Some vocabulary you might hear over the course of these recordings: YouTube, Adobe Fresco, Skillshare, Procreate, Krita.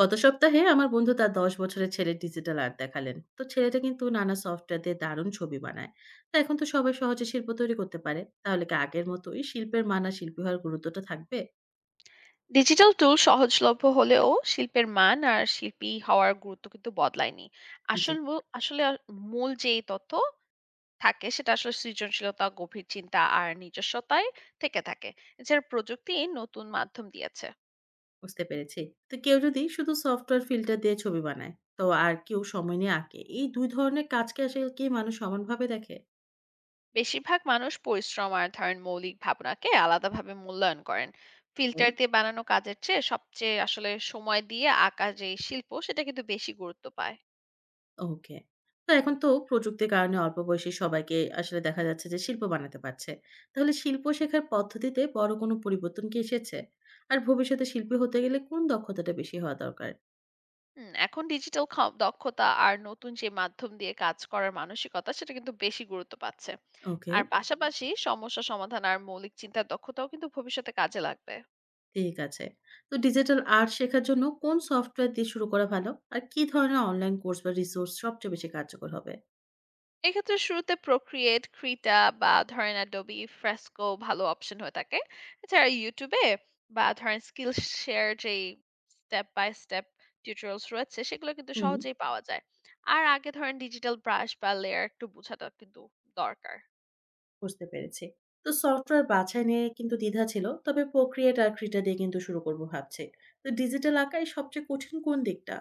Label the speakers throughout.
Speaker 1: গত সপ্তাহে আমার বন্ধু তার ১০ বছরের ছেলের ডিজিটাল আর্ট দেখালেন। তো ছেলেটা কিন্তু নানা সফটওয়্যার দিয়ে দারুণ ছবি বানায়। তো এখন তো সবাই সহজে শিল্প তৈরি করতে পারে, তাহলে কি আগের মতোই শিল্পের মান আর শিল্পী হওয়ার গুরুত্বটা থাকবে?
Speaker 2: ডিজিটাল টুল সহজলভ্য হলেও শিল্পের মান আর শিল্পী হওয়ার গুরুত্ব কিন্তু বদলায়নি।
Speaker 1: জি,
Speaker 2: আসল মূল- আসলে আ- মূল যে তথ্য থাকে সেটা আসলে সৃজনশীলতা, গভীর চিন্তা আর নিজস্বতায় থেকে থাকে। এছাড়া প্রযুক্তি নতুন মাধ্যম দিয়েছে।
Speaker 1: বুঝতে পেরেছি। তো কেউ যদি শুধু সফটওয়্যার ফিল্টার দিয়ে ছবি বানায়, তো আর কেউ সময় নিয়ে আঁকে, এই দুই ধরনের কাজকে আসলে কি মানুষ সমানভাবে দেখে?
Speaker 2: বেশিরভাগ মানুষ পরিশ্রম আর ধরেন মৌলিক ভাবনাকে আলাদাভাবে মূল্যায়ন করেন। ফিল্টার দিয়ে বানানো কাজের চেয়ে সবচেয়ে আসলে সময় দিয়ে আঁকা যে শিল্প সেটা কিন্তু বেশি গুরুত্ব পায়।
Speaker 1: ওকে। তো এখন তো প্রযুক্তির কারণে অল্প বয়সী সবাইকে আসলে দেখা যাচ্ছে যে শিল্প বানাতে পারছে। তাহলে শিল্প শেখার পদ্ধতিতে বড় কোনো পরিবর্তন কি এসেছে? আর ভবিষ্যতে শিল্পী হতে গেলে কোন দক্ষতাটা বেশি হওয়া দরকার?
Speaker 2: এখন ডিজিটাল খ দক্ষতা আর নতুন যে মাধ্যম দিয়ে কাজ করার মানসিকতা সেটা কিন্তু বেশি গুরুত্ব পাচ্ছে।
Speaker 1: ওকে,
Speaker 2: আর হুম। পাশাপাশি সমস্যা সমাধান আর মৌলিক চিন্তার দক্ষতাও কিন্তু ভবিষ্যতে কাজে লাগবে।
Speaker 1: ঠিক আছে। তো ডিজিটাল আর্ট শেখার জন্য কোন সফটওয়্যার দিয়ে শুরু করা ভালো? আর কি ধরনের অনলাইন কোর্স বা রিসোর্স সবচেয়ে বেশি কার্যকর হবে?
Speaker 2: এক্ষেত্রে শুরুতে Procreate, Krita বা ধরেন Adobe Fresco ভালো অপশন হয়ে থাকে। এছাড়া YouTube এ বা ধরেন Skillshare যেই step by step টিউটোরিয়ালস রয়েছে সেগুলো কিন্তু
Speaker 1: হুম,
Speaker 2: সহজেই পাওয়া যায়। আর আগে ধরেন ডিজিটাল ব্রাশ বা লেয়ার একটু বোঝাটা কিন্তু দরকার।
Speaker 1: বুঝতে পেরেছি। তো সফটওয়্যার বাছাই নিয়ে কিন্তু দ্বিধা ছিল। তবে Procreate আর Krita দিয়ে কিন্তু শুরু করব ভাবছি। তো ডিজিটাল আঁকায় সবচেয়ে কঠিন কোন দিকটা?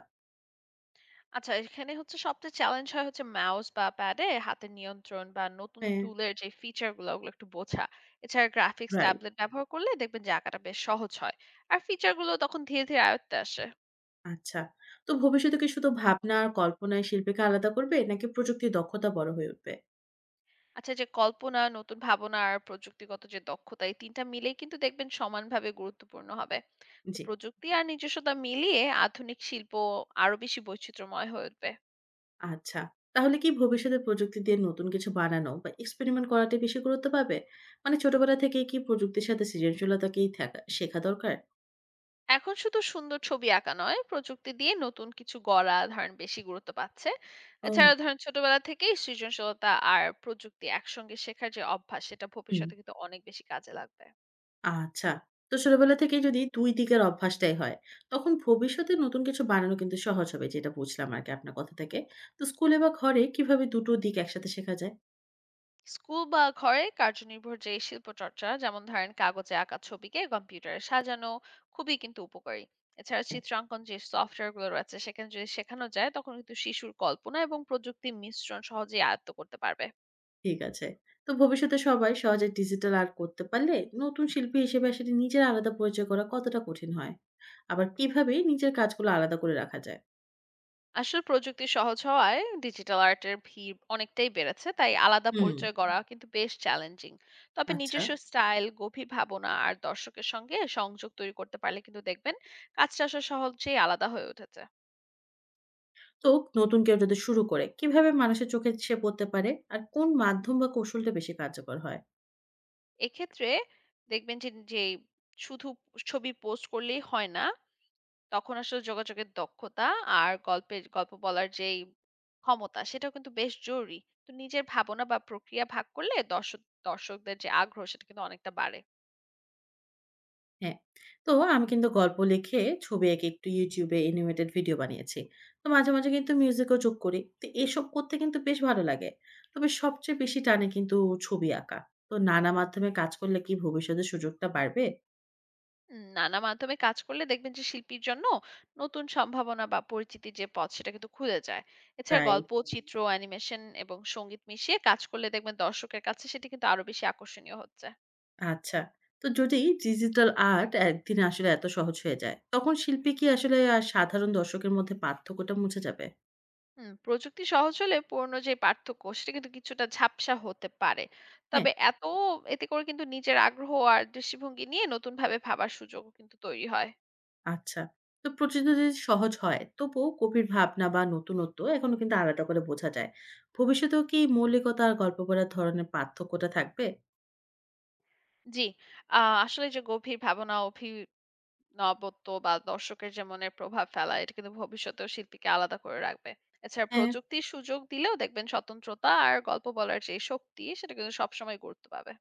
Speaker 2: আচ্ছা, এখানে হচ্ছে সবচেয়ে চ্যালেঞ্জ হয় হচ্ছে মাউস বা প্যাডে হাতের নিয়ন্ত্রণ বা নতুন
Speaker 1: হ্যাঁ।
Speaker 2: টুলের যে ফিচার গুলো ওগুলো একটু বোঝা। এছাড়া গ্রাফিক্স
Speaker 1: রাইট।
Speaker 2: ট্যাবলেট ব্যবহার করলে দেখবেন যে আঁকাটা বেশ সহজ হয়। আর ফিচার গুলো তখন ধীরে ধীরে আয়ত্তে আসে।
Speaker 1: আচ্ছা। তো ভবিষ্যতে কি শুধু ভাবনা আর কল্পনায় শিল্পীকে আলাদা করবে? নাকি প্রযুক্তির দক্ষতা বড় হয়ে উঠবে?
Speaker 2: আচ্ছা, যে কল্পনা, নতুন ভাবনা আর প্রযুক্তিগত যে দক্ষতা, এই ৩ টা মিলেই কিন্তু দেখবেন সমানভাবে গুরুত্বপূর্ণ হবে। তো
Speaker 1: জি।
Speaker 2: প্রযুক্তি আর নিজস্বতা মিলিয়ে আধুনিক শিল্প আরো বেশি বৈচিত্র্যময় হয়ে উঠবে।
Speaker 1: আচ্ছা। তাহলে কি ভবিষ্যতে প্রযুক্তি দিয়ে নতুন কিছু বানানো বা এক্সপেরিমেন্ট করাটাই বেশি গুরুত্ব পাবে? মানে ছোটবেলা থেকেই কি প্রযুক্তির সাথে সৃজনশীলতাকেই থাকা শেখা দরকার?
Speaker 2: এখন শুধু সুন্দর ছবি আঁকা নয়, প্রযুক্তি দিয়ে নতুন কিছু গড়া ধরেন বেশি গুরুত্ব পাচ্ছে।
Speaker 1: ও,
Speaker 2: এছাড়া ধরেন ছোটবেলা থেকেই সৃজনশীলতা আর প্রযুক্তি একসঙ্গে শেখার যে অভ্যাস, সেটা
Speaker 1: হুম।
Speaker 2: ভবিষ্যতে কিন্তু অনেক বেশি কাজে লাগবে।
Speaker 1: আচ্ছা। তো ছোটবেলা থেকেই যদি ২ দিকের অভ্যাসটাই হয়, তখন ভবিষ্যতে নতুন কিছু বানানো কিন্তু সহজ হবে, যেটা বুঝলাম আরকি আপনার কথা থেকে। তো স্কুলে বা ঘরে কিভাবে দুটো দিক একসাথে শেখা যায়?
Speaker 2: স্কুল বা ঘরে কার্যনির্ভর যে শিল্প চর্চা, যেমন ধরেন কাগজে আঁকা ছবিকে কম্পিউটারে সাজানো, খুবই কিন্তু উপকারী। এছাড়া চিত্রাঙ্কন যে সফটওয়্যার গুলো রয়েছে সেখানে যদি শেখানো যায়, তখন কিন্তু শিশুর কল্পনা এবং প্রযুক্তির মিশ্রণ সহজেই আয়ত্ত করতে পারবে।
Speaker 1: ঠিক আছে। তো ভবিষ্যতে সবাই সহজে ডিজিটাল আর্ট করতে পারলে নতুন শিল্পী হিসেবে আসলে নিজের আলাদা পরিচয় করা কতটা কঠিন হয়? আবার কিভাবে নিজের কাজগুলো আলাদা করে রাখা যায়?
Speaker 2: আসলে প্রযুক্তি সহজ হওয়ায় ডিজিটাল আর্টের ভিড় অনেকটাই বেড়েছে, তাই আলাদা
Speaker 1: হুম,
Speaker 2: পরিচয় গড়া কিন্তু বেশ চ্যালেঞ্জিং। তবে
Speaker 1: আচ্ছা।
Speaker 2: নিজস্ব স্টাইল, গভীর ভাবনা আর দর্শকের সঙ্গে সংযোগ তৈরি করতে পারলে কিন্তু দেখবেন কাজটা আসলে সহজেই আলাদা হয়ে উঠেছে।
Speaker 1: তো নতুন কেউ যদি শুরু করে কিভাবে মানুষের চোখে সে পড়তে পারে? আর কোন মাধ্যম বা কৌশলটা বেশি কার্যকর হয়?
Speaker 2: এক্ষেত্রে দেখবেন যে যে শুধু ছবি পোস্ট করলেই হয় না, তখন আসলে যোগাযোগের দক্ষতা আর গল্প বলার যেই ক্ষমতা সেটাও কিন্তু বেশ জরুরি। তো নিজের ভাবনা বা প্রক্রিয়া ভাগ করলে দর্শকদের যে আগ্রহ সেটা কিন্তু অনেকটা বাড়ে।
Speaker 1: হ্যাঁ। তো আমি কিন্তু গল্প লিখে, ছবি এঁকে একটু YouTube এ অ্যানিমেটেড ভিডিও বানিয়েছি। তো মাঝে মাঝে কিন্তু মিউজিকও যোগ করি। তো এসব করতে কিন্তু বেশ ভালো লাগে। তবে সবচেয়ে বেশি টানে কিন্তু ছবি আঁকা। তো নানা মাধ্যমে কাজ করলে কি ভবিষ্যতে সুযোগটা বাড়বে?
Speaker 2: নানা মাধ্যমে কাজ করলে দেখবেন যে শিল্পীর জন্য নতুন সম্ভাবনা বা পরিচিতির যে পথ সেটা কিন্তু খুলে যায়। এছাড়া
Speaker 1: প্রায়।
Speaker 2: গল্প, চিত্র, অ্যানিমেশন এবং সঙ্গীত মিশিয়ে কাজ করলে দেখবেন দর্শকের কাছে সেটা কিন্তু আরো বেশি আকর্ষণীয় হচ্ছে।
Speaker 1: আচ্ছা। তো যদি ডিজিটাল আর্ট একদিন আসলে এত সহজ হয়ে যায়, তখন শিল্পী কি আসলে আর সাধারণ দর্শকের মধ্যে পার্থক্যটা মুছে যাবে?
Speaker 2: হুম, প্রযুক্তি সহজ হলে পুরনো যে পার্থক্য সেটা কিন্তু কিছুটা ঝাপসা হতে পারে।
Speaker 1: হ্যাঁ।
Speaker 2: তবে এত এতে করে কিন্তু নিজের আগ্রহ আর দৃষ্টিভঙ্গি নিয়ে নতুন ভাবে ভাবার সুযোগও কিন্তু তৈরি হয়।
Speaker 1: আচ্ছা। তো প্রতিদ্বন্দ্বিতা যদি সহজ হয়, তবুও গভীর ভাবনা বা নতুনত্ব এখনো কিন্তু আলাদা করে বোঝা যায়। ভবিষ্যতেও কি মৌলিকতা আর গল্প বলার ধরনের পার্থক্যটা থাকবে?
Speaker 2: জি। আসলে যে গভীর ভাবনা, নবত্ব বা দর্শকের যে মনের প্রভাব ফেলা, এটা কিন্তু ভবিষ্যতেও শিল্পীকে আলাদা করে রাখবে। এছাড়া
Speaker 1: হ্যাঁ,
Speaker 2: প্রযুক্তির সুযোগ দিলেও দেখবেন স্বতন্ত্রতা আর গল্প বলার যে শক্তি সেটা কিন্তু সবসময় গুরুত্ব পাবে।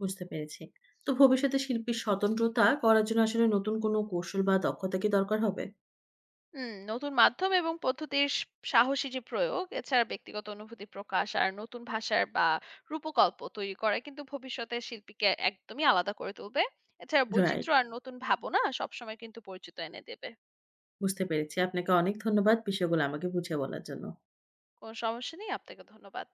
Speaker 1: বুঝতে পেরেছি। তো ভবিষ্যতে শিল্পীর স্বতন্ত্রতা করার জন্য আসলে নতুন কোনো কৌশল বা দক্ষতা কি দরকার হবে?
Speaker 2: নতুন মাধ্যম এবং সাহসী যে প্রয়োগ, এছাড়া ব্যক্তিগত অনুভূতি প্রকাশ আর নতুন ভাষার বা রূপকল্প তৈরি করা কিন্তু ভবিষ্যতে শিল্পীকে একদমই আলাদা করে তুলবে। এছাড়া
Speaker 1: রাইট,
Speaker 2: বৈচিত্র্য আর নতুন ভাবনা সবসময় কিন্তু পরিচিত এনে দেবে।
Speaker 1: বুঝতে পেরেছি। আপনাকে অনেক ধন্যবাদ বিষয়গুলো আমাকে বুঝিয়ে বলার জন্য।
Speaker 2: কোনো সমস্যা নেই, আপনাকে ধন্যবাদ।